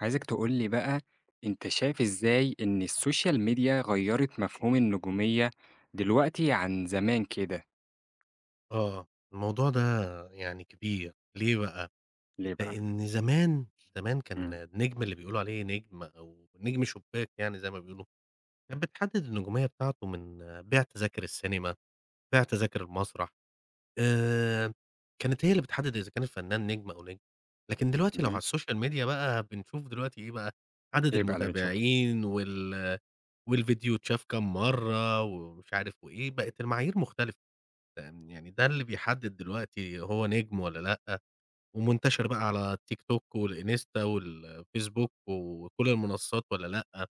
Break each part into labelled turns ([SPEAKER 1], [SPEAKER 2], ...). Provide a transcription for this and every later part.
[SPEAKER 1] عايزك تقول لي بقى، أنت شايف إزاي إن السوشيال ميديا غيّرت مفهوم النجومية دلوقتي عن زمان كده،
[SPEAKER 2] آه، الموضوع ده يعني كبير، ليه بقى؟
[SPEAKER 1] ليه بقى؟
[SPEAKER 2] لإن زمان كان
[SPEAKER 1] إمم.
[SPEAKER 2] النجم اللي بيقولوا عليه نجم أو نجم شباك يعني زي ما بيقولوا، كانت بتحدد النجومية بتاعته من بيع تذاكر السينما، بيع تذاكر المسرح، آآ، كانت هي اللي بتحدد إذا كان الفنان نجم أو نجم، لكن دلوقتي لو على
[SPEAKER 1] تمام،
[SPEAKER 2] السوشيال ميديا بقى بنشوف دلوقتي إيه بقى، عدد
[SPEAKER 1] إيه بقى اللي بتشوفه؟
[SPEAKER 2] المتابعين والفيديو اتشاف كام مرّة ومش عارف وإيه، بقت المعايير مختلفة. يعني ده اللي بيحدد دلوقتي هو نجم والّا لأ، ومنتشر بقى على التيك توك والإنستا والفيسبوك وكل المنصات والّا لأ،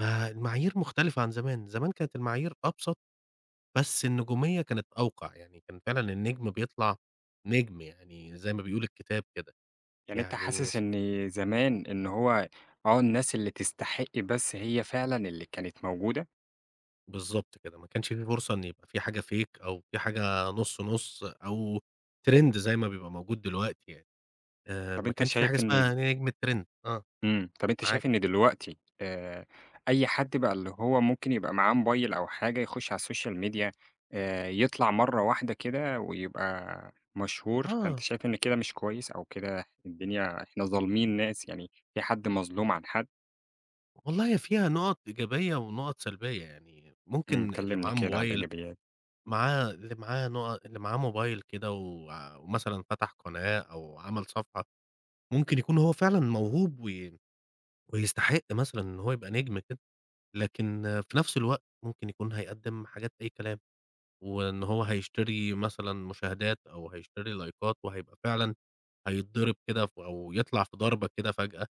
[SPEAKER 2] فالمعايير مختلفة عن زمان، زمان كانت المعايير أبسط، بس النجومية كانت أوقع، يعني كان فعلًا النجم بيطلع نجم يعني زي ما بيقول الكتاب كده،
[SPEAKER 1] يعني أنت
[SPEAKER 2] يعني
[SPEAKER 1] حاسس
[SPEAKER 2] س
[SPEAKER 1] إن زمان إن هو الناس اللي تستحق بس هي فعلًا اللي كانت موجودة؟
[SPEAKER 2] بالضبط كده، ما كانش في فرصة إن يبقى في حاجة fake أو في حاجة نُص أو trend زي ما بيبقى موجود دلوقتي يعني،
[SPEAKER 1] طَب
[SPEAKER 2] ما
[SPEAKER 1] أنت
[SPEAKER 2] كانش في حاجة
[SPEAKER 1] شايف إن
[SPEAKER 2] اسمها نجم الtrend آه،
[SPEAKER 1] إمم، طب أنتِ
[SPEAKER 2] معاك.
[SPEAKER 1] شايف إن دلوقتي أي حد بقى اللي هو ممكن يبقى معاه موبايل أو حاجة يخش على الSocial media يطلع مرّة واحدة كده ويبقى مشهور، فأنت
[SPEAKER 2] آه،
[SPEAKER 1] شايف إن كده مش كويس أو كده الدنيا إحنا ظالمين ناس يعني في حد مظلوم عن حد؟
[SPEAKER 2] والله هي فيها نُقَط إيجابية ونُقَط سلبية، يعني
[SPEAKER 1] إمم،
[SPEAKER 2] ممكن اللي
[SPEAKER 1] كلمني
[SPEAKER 2] معاه
[SPEAKER 1] كده على
[SPEAKER 2] موبايل
[SPEAKER 1] الإيجابيات.
[SPEAKER 2] معاه اللي معاه نُقَ اللي معاه موبايل كده ومثلًا فتح قناة أو عمل صفحة، ممكن يكون هو فعلًا موهوب ويستحق مثلًا إن هو يبقى نجم كده، لكن في نفس الوقت ممكن يكون هيقدّم حاجات أي كلام، وإن هو هيشتري مثلًا مشاهدات أو هيشتري لايكات وهيبقى فعلًا هيتضرب كده أو يطلع في ضربة كده فجأة،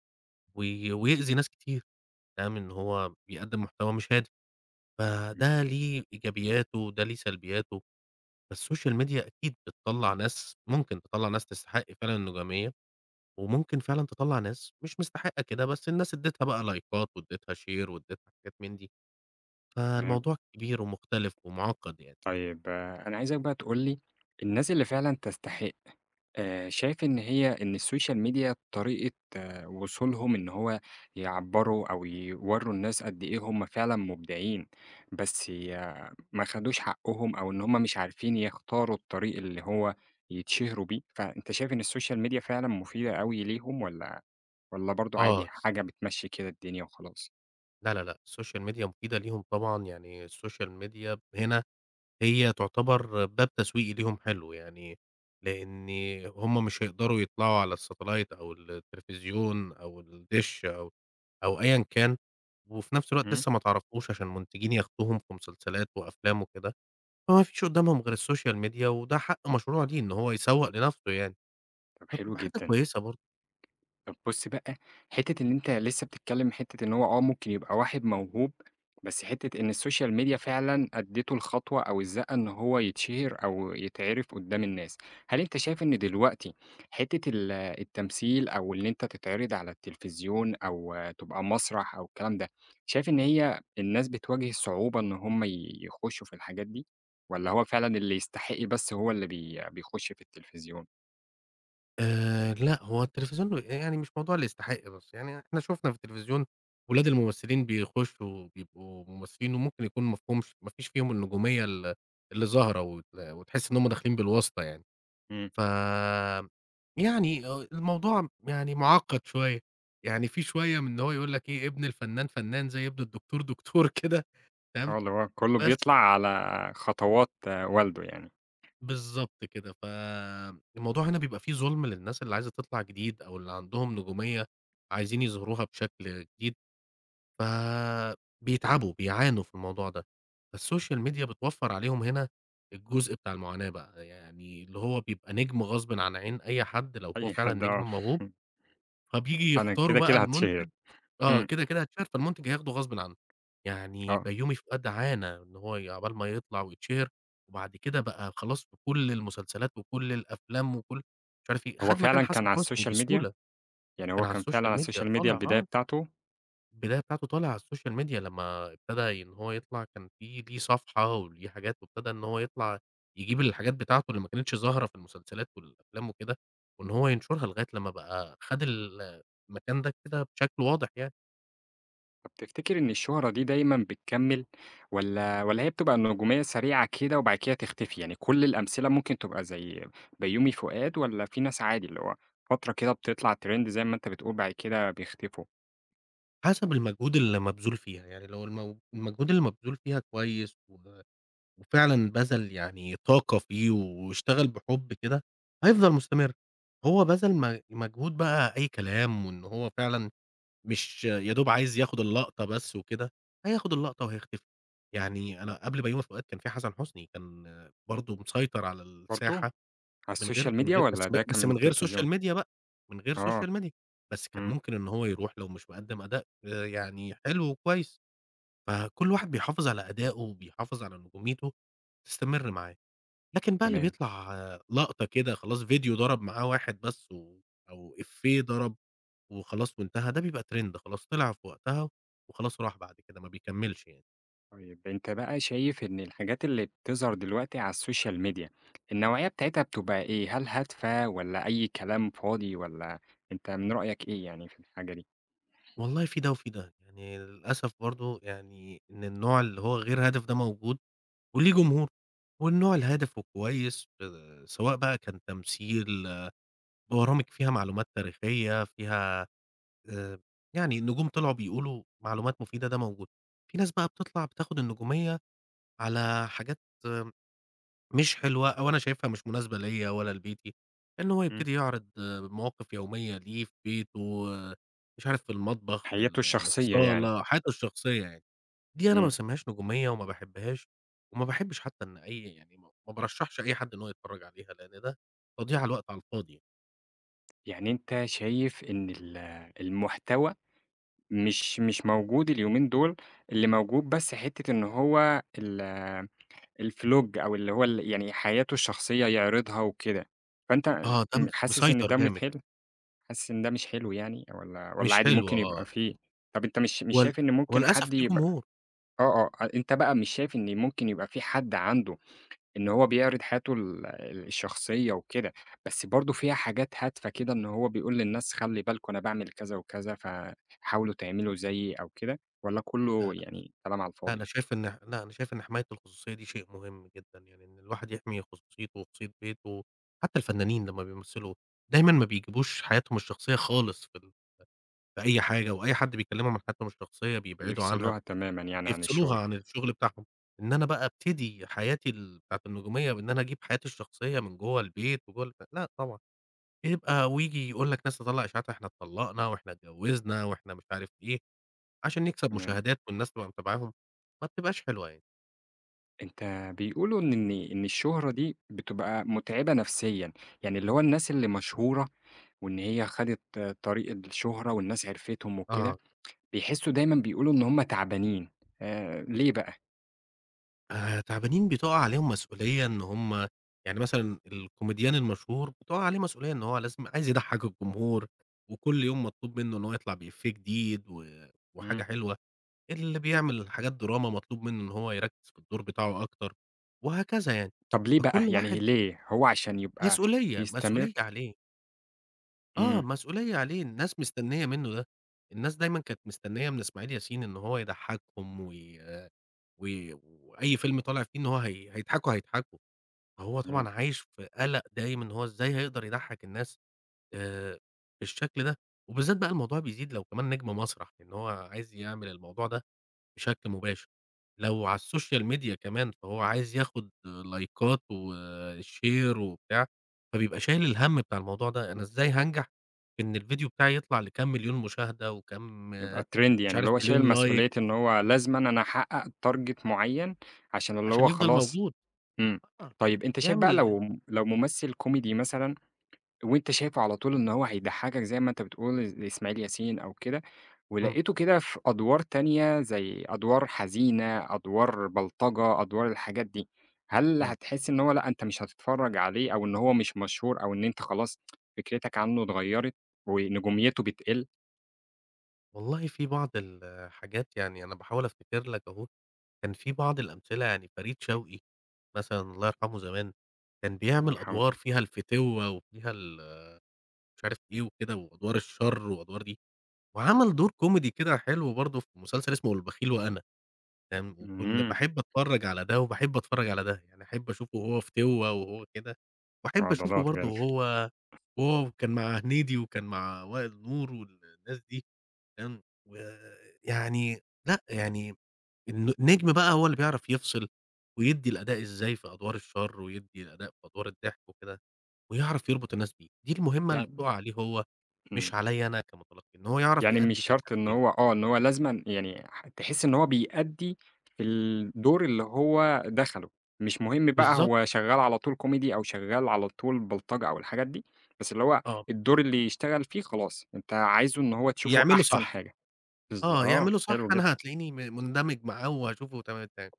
[SPEAKER 2] ويأذي ناس كتير، فاهم، إن هو بيقدّم محتوى مش هادي،
[SPEAKER 1] إمم،
[SPEAKER 2] فده ليه إيجابياته وده ليه سلبياته، فالسوشيال ميديا أكيد بتطلّع ناس ممكن تطلّع ناس تستحق فعلًا النجومية، وممكن فعلًا تطلّع ناس مش مستحقة كده، بس الناس ادّيتها بقى لايكات وادّيتها شير وادّيتها حاجات من دي،
[SPEAKER 1] تمام.
[SPEAKER 2] فالموضوع كبير ومختلف ومُعقّد يعني.
[SPEAKER 1] طيب آه، أنا عايزك بقى تقول لي الناس اللي فعلا تستحق شايف إن هي إن السوشيال ميديا طريقة وصولهم إن هو يعبروا أو يوروا الناس قد إيه هم فعلا مبدعين بس ي- ما خدوش حقهم أو إن هم مش عارفين يختاروا الطريق اللي هو يتشهروا بيه فأنت شايف إن السوشيال ميديا فعلا مفيدة أوي ليهم ولا برضو عادي
[SPEAKER 2] آه،
[SPEAKER 1] حاجة بتمشي كده الدنيا وخلاص؟
[SPEAKER 2] لا، لا، لأ، السوشيال ميديا مفيدة ليهم طبعًا، يعني السوشيال ميديا هنا هي تعتبر باب تسويقي ليهم حلو، يعني لإن هم مش هيقدروا يطلعوا على الsatellite أو التلفزيون أو الدِش أو أيًا كان، وفي نفس الوقت
[SPEAKER 1] مم؟
[SPEAKER 2] لسه ما تعرفوش عشان منتجين ياخدوهم في مسلسلات وأفلام وكده، فما فيش قدّامهم غير السوشيال ميديا، وده حق مشروع ليه إن هو يسوّق لنفسه يعني،
[SPEAKER 1] طب حلو
[SPEAKER 2] فبتبقى حاجة
[SPEAKER 1] جدا.
[SPEAKER 2] كويسة برضه.
[SPEAKER 1] طب بُص بقى، حتّة إن أنت لسه بتتكلّم حتّة إن هو آه، ممكن يبقى واحد موهوب، بس حتّة إن السوشيال ميديا فعلًا أدّيته الخطوة أو الزقة إن هو يتشهر أو يتعرف قدّام الناس. هل أنت شايف إن دلوقتي حتّة ال التمثيل أو إن أنت تتعرض على التلفزيون أو آه، تبقى مسرح أو الكلام ده، شايف إن هي الناس بتواجه صعوبة إن هم يخشّوا في الحاجات دي والّا هو فعلًا اللي يستحق بس هو اللي بيخش في التلفزيون؟
[SPEAKER 2] لأ، هو التلفزيون يعني مش موضوع اللي يستحق بس، يعني إحنا شُفنا في التلفزيون ولاد الممثلين بيخشوا بيبقوا ممثلين وممكن يكون مفهومش ما فيش فيهم النجومية اللي ظاهرة وتحس إن هُم داخلين بالواسطة يعني.
[SPEAKER 1] إمم.
[SPEAKER 2] ف يعني الموضوع يعني مُعقّد شوية، يعني في شوية من إن هو يقول لك إيه، ابن الفنان فنان زي ابن الدكتور دكتور كده تمام،
[SPEAKER 1] آه، اللي هو كله
[SPEAKER 2] بس
[SPEAKER 1] بيطلع على خطوات آه، والده يعني،
[SPEAKER 2] بالضبط كده، الموضوع هنا بيبقى فيه ظُلم للناس اللي عايزة تطلع جديد أو اللي عندهم نجومية عايزين يظهروها بشكل جديد، فبيتعبوا، بيعانوا في الموضوع ده. فالسوشيال ميديا بتوفّر عليهم هنا الجزء بتاع المعاناة بقى، يعني اللي هو بيبقى نجم غصبٍ عن عين أي حد لو هو
[SPEAKER 1] أي
[SPEAKER 2] فعلًا
[SPEAKER 1] حد
[SPEAKER 2] نجم
[SPEAKER 1] آه،
[SPEAKER 2] موهوب، فبييجي
[SPEAKER 1] أنا
[SPEAKER 2] يختاروا
[SPEAKER 1] كده،
[SPEAKER 2] بقى
[SPEAKER 1] كده هاتشهِر،
[SPEAKER 2] المنتج آه،
[SPEAKER 1] إمم،
[SPEAKER 2] كده، كده هيتشهر، فالمنتج هياخده غصبٍ عنه. يعني
[SPEAKER 1] آه،
[SPEAKER 2] بيومي فؤاد عانى إن هو ي عقبال ما يطلع ويتشهر، وبعد كده بقى خلاص في كل المسلسلات وكل الأفلام وكل مش عارف إيه،
[SPEAKER 1] هو
[SPEAKER 2] خد
[SPEAKER 1] فعلًا
[SPEAKER 2] مكان
[SPEAKER 1] كان
[SPEAKER 2] حسن
[SPEAKER 1] على
[SPEAKER 2] حسني
[SPEAKER 1] السوشيال ميديا؟
[SPEAKER 2] بسهولة،
[SPEAKER 1] يعني
[SPEAKER 2] كان
[SPEAKER 1] هو
[SPEAKER 2] على
[SPEAKER 1] كان فعلًا على
[SPEAKER 2] السوشيال ميديا
[SPEAKER 1] السوشيال ميديا
[SPEAKER 2] طالع
[SPEAKER 1] البداية
[SPEAKER 2] آه،
[SPEAKER 1] بتاعته؟
[SPEAKER 2] البداية بتاعته طالع على السوشيال ميديا لمّا ابتدى إن هو يطلع كان في ليه صفحة وليه حاجات، وابتدى إن هو يطلع يجيب الحاجات بتاعته اللي ما كانتش ظاهرة في المسلسلات والأفلام وكده، وإن هو ينشرها لغاية لمّا بقى خد المكان ده كده بشكل واضح يعني.
[SPEAKER 1] طب تفتكر إن الشهرة دي دايمًا بتكمّل والّا هي بتبقى نجومية سريعة كده وبعد كده تختفي؟ يعني كل الأمثلة ممكن تبقى زي بيومي فؤاد والّا في ناس عادي اللي هو فترة كده بتطلع ترند زي ما أنت بتقول بعد كده بيختفوا؟
[SPEAKER 2] حسب المجهود اللي مبذول فيها، يعني لو المجهود اللي مبذول فيها كويس وفعلًا بَذَل يعني طاقة فيه واشتغل بحُب كده، هيفضل مستمر. هو بَذَل مجهود بقى أي كلام وإن هو فعلًا مش يا دوب عايز ياخد اللقطة بس وكده، هياخد اللقطة وهيختفي. يعني أنا قبل بيومي فؤاد كان في حسن حسني، كان برضه مسيطر على
[SPEAKER 1] برضه
[SPEAKER 2] الساحة
[SPEAKER 1] على
[SPEAKER 2] من غير
[SPEAKER 1] السوشيال
[SPEAKER 2] من
[SPEAKER 1] ميديا
[SPEAKER 2] غير بس
[SPEAKER 1] والّا
[SPEAKER 2] ب
[SPEAKER 1] ده كان
[SPEAKER 2] بس
[SPEAKER 1] من
[SPEAKER 2] من غير
[SPEAKER 1] التلفزيون؟
[SPEAKER 2] سوشيال ميديا بقى، من غير
[SPEAKER 1] آه،
[SPEAKER 2] سوشيال ميديا، بس كان
[SPEAKER 1] إمم،
[SPEAKER 2] ممكن إن هو يروح لو مش مقدّم أداء يعني حلو وكويس، فكل واحد بيحافظ على أدائه وبيحافظ على نجوميته تستمر معاه، لكن بقى اللي
[SPEAKER 1] تمام.
[SPEAKER 2] بيطلع لقطة كده خلاص فيديو ضرب معاه واحد بس أو إيفيه ضرب وخلاص وانتهى، ده بيبقى ترند خلاص طلع في وقتها وخلاص راح بعد كده ما بيكمّلش يعني.
[SPEAKER 1] طيب أنت بقى شايف إن الحاجات اللي بتظهر دلوقتي على السوشيال ميديا، النوعية بتاعتها بتبقى إيه؟ هل هادفة والّا أي كلام فاضي والّا أنت من رأيك إيه يعني في الحاجة دي؟
[SPEAKER 2] والله في ده وفي ده، يعني للأسف برضه يعني إن النوع اللي هو غير هادف ده موجود وليه جمهوره. والنوع الهادف وكويس سواء بقى كان تمثيل، آه، برامج فيها معلومات تاريخية، فيها آآ، يعني نجوم طلعوا بيقولوا معلومات مفيدة ده موجود. في ناس بقى بتطلع بتاخد النجومية على حاجات آه، مش حلوة أو أنا شايفها مش مناسبة ليّا ولا لبيتي، إن هو
[SPEAKER 1] إمم،
[SPEAKER 2] يبتدي يعرض آه، مواقف يومية ليه في بيته، آه، مش عارف في المطبخ، في
[SPEAKER 1] حياته الشخصية يعني،
[SPEAKER 2] الصالة، حياته الشخصية يعني. دي أنا ما
[SPEAKER 1] إمم،
[SPEAKER 2] باسميهاش نجومية وما باحبهاش، وما باحبش حتى إن أي يعني ما بارشحش أي حد إن هو يتفرج عليها، لأن ده تضييع الوقت على الفاضي.
[SPEAKER 1] يعني أنت شايف إن المحتوى مش موجود اليومين دول، اللي موجود بس حتة إن هو الفلوج أو اللي هو ال يعني حياته الشخصية يعرضها وكده، فأنت
[SPEAKER 2] آه، ده
[SPEAKER 1] حاسس إن
[SPEAKER 2] مسيطر
[SPEAKER 1] ده
[SPEAKER 2] جامد،
[SPEAKER 1] متحِل؟ حاسس إن ده مش
[SPEAKER 2] م
[SPEAKER 1] حلو يعني والّا
[SPEAKER 2] مش
[SPEAKER 1] عادي
[SPEAKER 2] حلو
[SPEAKER 1] ممكن
[SPEAKER 2] آه،
[SPEAKER 1] يبقى فيه طَب أنت مش
[SPEAKER 2] هو ل
[SPEAKER 1] شايف إن
[SPEAKER 2] هو
[SPEAKER 1] ممكن
[SPEAKER 2] للأسف
[SPEAKER 1] حد
[SPEAKER 2] ليه
[SPEAKER 1] يبقى
[SPEAKER 2] جمهور.
[SPEAKER 1] آه، آه، أنت بقى مش شايف إن ممكن يبقى في حد عنده إن هو بيعرض حياته الشخصية وكده، بس برضه فيها حاجات هادفة كده إن هو بيقول للناس خلّي بالكم أنا باعمل كذا وكذا فحاولوا تعملوا زيي أو كده، والّا
[SPEAKER 2] لا،
[SPEAKER 1] كُلّه
[SPEAKER 2] لا،
[SPEAKER 1] يعني كلام على
[SPEAKER 2] لا
[SPEAKER 1] الفاضي؟
[SPEAKER 2] أنا شايف إن لا، أنا شايف إن حماية الخصوصية دي شيء مهم جدًا، يعني إن الواحد يحمي خصوصيته وخصوصية بيته، حتى الفنانين لمّا بيمثلوا دايمًا ما بيجيبوش حياتهم الشخصية خالص في أي حاجة، وأي حد بيكلمهم عن حياتهم الشخصية بيبعدوا عنها.
[SPEAKER 1] بيفصلوها تمامًا يعني عن
[SPEAKER 2] يفصلوها
[SPEAKER 1] الشغل،
[SPEAKER 2] عن الشغل بتاعهم. إن أنا بقى أبتدي حياتي ال بتاعة النجومية بإن أنا أجيب حياتي الشخصية من جوّه البيت وجوّه الب لأ طبعًا، يبقى وييجي يقول لك ناس تطلّع إشاعات إحنا اتطلّقنا وإحنا اتجوّزنا وإحنا مش عارف إيه، عشان نكسب
[SPEAKER 1] تمام.
[SPEAKER 2] مشاهدات والناس تبقى متابعاهم، ما بتبقاش حلوة يعني.
[SPEAKER 1] أنت بيقولوا إن الشهرة دي بتبقى مُتعبة نفسيًا، يعني اللي هو الناس اللي مشهورة وإن هي خدت طريق الشهرة والناس عرفتهم وكده،
[SPEAKER 2] آه.
[SPEAKER 1] بيحسّوا دايمًا بيقولوا إن هُم تعبانين، ليه بقى؟
[SPEAKER 2] تعبانين بتُقع عليهم مسؤولية إن هم يعني مثلًا الكوميديان المشهور بتُقع عليه مسؤولية إن هو لازم عايز يضحّك الجمهور، وكل يوم مطلوب منّه إن هو يطلع بإفيه جديد وحاجة
[SPEAKER 1] إمم.
[SPEAKER 2] حلوة. اللي بيعمل حاجات دراما مطلوب منه إن هو يركّز في الدور بتاعه أكتر، وهكذا يعني.
[SPEAKER 1] طب ليه
[SPEAKER 2] فكل
[SPEAKER 1] بقى؟ يعني
[SPEAKER 2] واحد
[SPEAKER 1] ليه؟ هو عشان يبقى
[SPEAKER 2] مسؤولية،
[SPEAKER 1] يستمر.
[SPEAKER 2] مسؤولية عليه، آه،
[SPEAKER 1] إمم،
[SPEAKER 2] مسؤولية عليه، الناس مستنية منه ده. الناس دايمًا كانت مستنية من إسماعيل ياسين إن هو يضحّكهم وي وي وأي فيلم طالع فيه إن هو هيضحكوا، هيضحكوا. فهو
[SPEAKER 1] تمام،
[SPEAKER 2] طبعًا عايش في قَلَق دايم إن هو إزاي هيقدر يضحّك الناس آآ بالشكل ده، وبالذات بقى الموضوع بيزيد لو كمان نجم مسرح، لإن هو عايز يعمل الموضوع ده بشكل مباشر، لو على السوشيال ميديا كمان فهو عايز ياخد لايكات وshare وبتاع، فبيبقى شايل الهَم بتاع الموضوع ده، أنا إزاي هانجح في إن الفيديو بتاعي يطلع لكام مليون مشاهدة وكام
[SPEAKER 1] يبقى trend
[SPEAKER 2] مش
[SPEAKER 1] يعني
[SPEAKER 2] عارف
[SPEAKER 1] اللي هو شايل
[SPEAKER 2] مليون لايك
[SPEAKER 1] مسؤولية إن هو لازمًا أنا أحقق target معيّن عشان اللي
[SPEAKER 2] عشان
[SPEAKER 1] هو
[SPEAKER 2] يفضل
[SPEAKER 1] خلاص.
[SPEAKER 2] موجود،
[SPEAKER 1] إمم.
[SPEAKER 2] آه،
[SPEAKER 1] طيب أنت شايف بقى
[SPEAKER 2] يعمل
[SPEAKER 1] لو ممثل كوميدي مثلًا وأنت شايفه على طول إن هو هيضحّكك زي ما أنت بتقول زي إسماعيل ياسين أو كده
[SPEAKER 2] إمم،
[SPEAKER 1] ولقيته كده في أدوار تانية زي أدوار حزينة، أدوار بلطجة، أدوار الحاجات دي، هل
[SPEAKER 2] إمم،
[SPEAKER 1] هتحس إن هو لأ أنت مش هتتفرّج عليه أو إن هو مش مشهور أو إن أنت خلاص فكرتك عنه اتغيّرت ونجوميته بتقِل؟
[SPEAKER 2] والله في بعض الحاجات يعني أنا باحاول أفتكر لك أهو، كان في بعض الأمثلة يعني فريد شوقي مثلًا الله يرحمه زمان، كان
[SPEAKER 1] الله
[SPEAKER 2] بيعمل أدوار
[SPEAKER 1] يرحمه.
[SPEAKER 2] فيها الفتوة وفيها مش عارف إيه وكده وأدوار الشر وأدوار دي، وعمل دور كوميدي كده حلو برضه في مسلسل اسمه البخيل وأنا، تمام، وكنت
[SPEAKER 1] إمم،
[SPEAKER 2] باحب أتفرّج على ده وباحب أتفرّج على ده، يعني أحب أشوفه وهو في تِوَة وهو كده، وأحب أشوفه
[SPEAKER 1] فضلات
[SPEAKER 2] برضه
[SPEAKER 1] كده.
[SPEAKER 2] وهو كان مع هنيدي وكان مع وائل نور والناس دي، تمام، ويعني لأ يعني النجم بقى هو اللي بيعرف يفصل، ويدّي الأداء إزاي في أدوار الشر، ويدّي الأداء في أدوار الضحك وكده، ويعرف يربط الناس بيه، دي المهمة اللي
[SPEAKER 1] يعني
[SPEAKER 2] بتُقع عليه هو،
[SPEAKER 1] إمم.
[SPEAKER 2] مش عليَّ أنا كمتلقي، إن هو يعرف
[SPEAKER 1] يعني مش
[SPEAKER 2] يأدّي في
[SPEAKER 1] شرط إن
[SPEAKER 2] الحالتين،
[SPEAKER 1] هو آه، إن هو لازمًا يعني ح تحس إن هو بيأدّي في الدور اللي هو دخله، مش مهم بقى
[SPEAKER 2] بالضبط
[SPEAKER 1] هو شغّال على طول كوميدي أو شغّال على طول بلطجة أو الحاجات دي، بس اللي هو
[SPEAKER 2] آه،
[SPEAKER 1] الدور اللي يشتغل فيه خلاص، أنت عايزه إن هو تشوفه
[SPEAKER 2] يعمله
[SPEAKER 1] أحسن
[SPEAKER 2] صح،
[SPEAKER 1] حاجة،
[SPEAKER 2] آه
[SPEAKER 1] آه،
[SPEAKER 2] يعمله صح
[SPEAKER 1] حلو
[SPEAKER 2] أنا
[SPEAKER 1] جدًا،
[SPEAKER 2] هتلاقيني مندمج معاه وهاشوفه تمام التمام،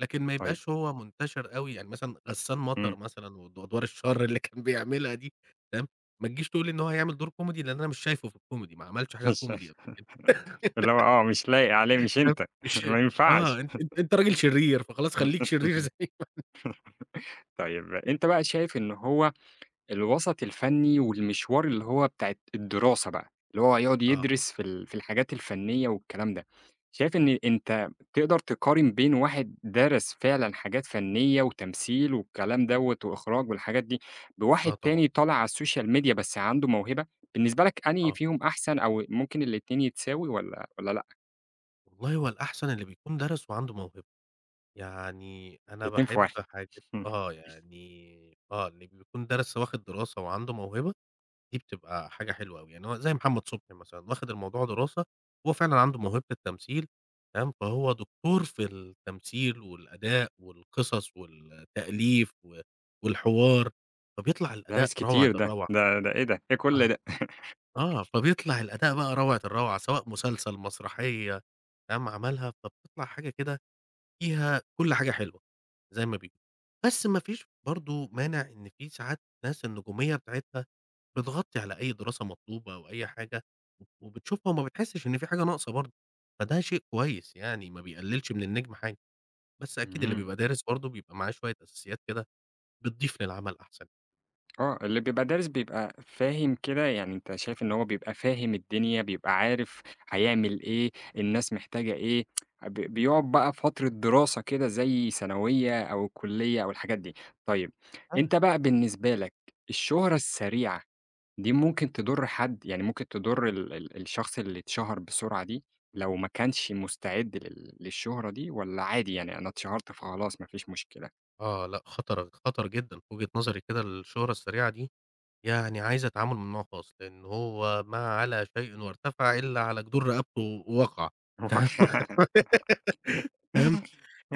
[SPEAKER 2] لكن ما
[SPEAKER 1] طيب،
[SPEAKER 2] يبقاش هو منتشر أوي، يعني مثلًا غسان
[SPEAKER 1] إمم،
[SPEAKER 2] مطر مثلًا وأدوار الشر اللي كان بيعملها دي، تمام، ما تجيش تقول لي إن هو هيعمل دور كوميدي لأن أنا مش شايفه في الكوميدي، ما عملش حاجة
[SPEAKER 1] مش
[SPEAKER 2] كوميدي قبل كده.
[SPEAKER 1] اللي هو آه، مش لايق عليه مش
[SPEAKER 2] آه،
[SPEAKER 1] أنت،
[SPEAKER 2] مش
[SPEAKER 1] ما ينفعش.
[SPEAKER 2] آه، أنت راجل شرير، فخلاص خلّيك شرير زيّي.
[SPEAKER 1] طيب أنت بقى شايف إن هو الوسط الفني والمشوار اللي هو بتاع الدراسة بقى، اللي هو يقعد
[SPEAKER 2] آه،
[SPEAKER 1] يدرس في الحاجات الفنية والكلام ده، شايف
[SPEAKER 2] إمم،
[SPEAKER 1] إن أنت تقدر تقارن بين واحد درس فعلًا حاجات فنية وتمثيل والكلام دوّة وإخراج والحاجات دي، بواحد
[SPEAKER 2] آه طبعًا،
[SPEAKER 1] تاني طالع على السوشيال ميديا بس عنده موهبة، بالنسبة لك أنهي
[SPEAKER 2] آه،
[SPEAKER 1] فيهم أحسن أو ممكن الاتنين يتساوي والّا لأ؟
[SPEAKER 2] والله هو الأحسن اللي بيكون دَرَس وعنده موهبة، يعني أنا
[SPEAKER 1] الاتنين في
[SPEAKER 2] باحب
[SPEAKER 1] واحد؟
[SPEAKER 2] حاجات آه، يعني آه، اللي بيكون دَرَس واخد دراسة وعنده موهبة، دي بتبقى حاجة حلوة أوي، يعني هو زي محمد صبحي مثلًا واخد الموضوع دراسة، هو فعلًا عنده موهبة التمثيل تمام، فهو دكتور في التمثيل والأداء والقصص والتأليف والحوار، فبيطلع الأداء
[SPEAKER 1] دارس
[SPEAKER 2] روعة
[SPEAKER 1] كتير ده،
[SPEAKER 2] الروعة.
[SPEAKER 1] ده إيه ده، إيه كل
[SPEAKER 2] آه.
[SPEAKER 1] ده؟
[SPEAKER 2] آه، فبيطلع الأداء بقى روعة الروعة، سواء مسلسل، مسرحية، قام عملها، فبتطلع حاجة كده فيها كل حاجة حلوة زي ما بيقولوا. بس ما فيش برضه مانع إن في ساعات ناس النجومية بتاعتها بتغطي على أي دراسة مطلوبة أو أي حاجة وبتشوفها وما بتحسش إن في حاجة ناقصة برضه، فده شيء كويس يعني ما بيقللش من النجم حاجة، بس أكيد اللي
[SPEAKER 1] إمم.
[SPEAKER 2] بيبقى دارس برضه بيبقى معاه شوية أساسيات كده بتضيف للعمل أحسن.
[SPEAKER 1] آه، اللي بيبقى دارس بيبقى فاهم كده، يعني أنت شايف إن هو بيبقى فاهم الدنيا، بيبقى عارف هيعمل إيه، الناس محتاجة إيه، بيقعد بقى فترة دراسة كده زي ثانوية أو الكلية أو الحاجات دي. طيب،
[SPEAKER 2] آه،
[SPEAKER 1] أنت بقى بالنسبة لك الشهرة السريعة دي ممكن تضر حد، يعني ممكن تضر ال ال الشخص اللي اتشهر بسرعة دي، لو ما كانش مستعد للشهرة دي والّا عادي يعني أنا اتشهرت فخلاص ما فيش مشكلة؟
[SPEAKER 2] آه، لأ خطر خطر جدًا في وجهة نظري كده الشهرة السريعة دي. يعني عايزة تعامل من نوع خاص، لإن هو ما علا شيء وارتفع إلا على جدور رقبته ووقع، تمام تمام،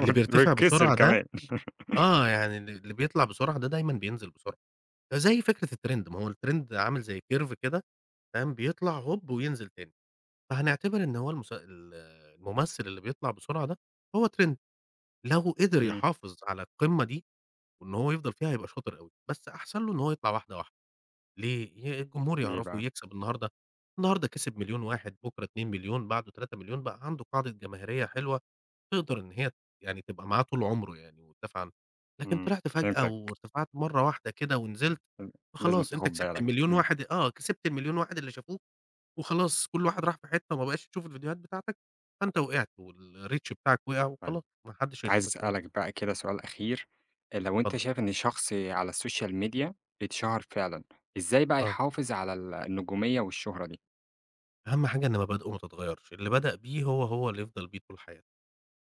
[SPEAKER 2] اللي بيرتفع
[SPEAKER 1] واتكسر
[SPEAKER 2] بسرعة ده
[SPEAKER 1] كمان.
[SPEAKER 2] آه، يعني اللي بيطلع بسرعة ده دايمًا بينزل بسرعة، زي فكرة الترند، ما هو الترند عامل زي curve كده تمام، بيطلع هوب وينزل تاني، فهنعتبر إن هو المس ال الممثل اللي بيطلع بسرعة ده هو ترند، لو قدر
[SPEAKER 1] إمم.
[SPEAKER 2] يحافظ على القمة دي وإن هو يفضل فيها هيبقى شاطر أوي، بس أحسن له إن هو يطلع واحدة واحدة. ليه؟ الجمهور
[SPEAKER 1] ليه
[SPEAKER 2] يعرفه
[SPEAKER 1] بقى؟
[SPEAKER 2] يكسب النهارده، النهارده كسب مليون واحد، بُكرة 2.000.000 بعده 3.000.000 بقى عنده قاعدة جماهيرية حلوة تقدر إن هي يعني تبقى معاه طول عمره يعني وتدافع عنه، لكن
[SPEAKER 1] إمم.
[SPEAKER 2] طلعت فجأة
[SPEAKER 1] فهمتك.
[SPEAKER 2] وارتفعت مرة واحدة كده ونزلت،
[SPEAKER 1] ل لازمًا
[SPEAKER 2] فخلاص أنت
[SPEAKER 1] تاخُد
[SPEAKER 2] كسبت
[SPEAKER 1] بالك.
[SPEAKER 2] ال1.000.000
[SPEAKER 1] إمم.
[SPEAKER 2] واحد آه، كسبت ال1.000.000 واحد اللي شافوك وخلاص كل واحد راح في حتة وما بقاش يشوف الفيديوهات بتاعتك، فأنت وقعت والreach بتاعك وقع
[SPEAKER 1] طيب
[SPEAKER 2] وخلاص ما حدش
[SPEAKER 1] عايز
[SPEAKER 2] هيشوفك تاني،
[SPEAKER 1] أسألك بقى كده سؤال أخير، لو أنت
[SPEAKER 2] اتفضل.
[SPEAKER 1] شايف إن شخص على السوشيال ميديا اتشهر فعلًا، إزاي بقى
[SPEAKER 2] آه،
[SPEAKER 1] يحافظ على النجومية والشهرة دي؟
[SPEAKER 2] أهم حاجة إن مبادئه ما تتغيرش، اللي بدأ بيه هو، هو اللي يفضل بيه طول حياته.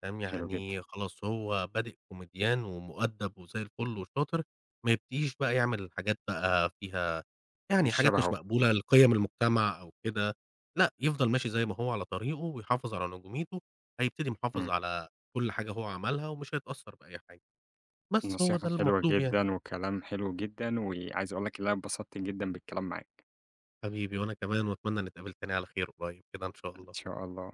[SPEAKER 2] تمام،
[SPEAKER 1] حلو جدًا.
[SPEAKER 2] يعني خلاص هو بادئ كوميديان ومؤدّب وزي الفل وشاطر، ما يبتديش بقى يعمل حاجات بقى فيها يعني
[SPEAKER 1] مش
[SPEAKER 2] حاجات مش
[SPEAKER 1] شبهه.
[SPEAKER 2] مقبولة لقِيَم المجتمع أو كده، لأ، يفضل ماشي زي ما هو على طريقه ويحافظ على نجوميته، هيبتدي محافظ
[SPEAKER 1] إمم.
[SPEAKER 2] على كل حاجة هو عملها ومش هيتأثّر بأي حاجة، بس هو
[SPEAKER 1] نصيحة
[SPEAKER 2] ده
[SPEAKER 1] حلوة
[SPEAKER 2] المطلوب يعني.
[SPEAKER 1] جدًا وكلام حلو جدًا، وعايز أقول لك إن أنا اتبسطت جدًا بالكلام معاك.
[SPEAKER 2] حبيبي وأنا كمان وأتمنى نتقابل تاني على خير قريّب كده إن شاء
[SPEAKER 1] إن
[SPEAKER 2] الله.
[SPEAKER 1] شاء الله.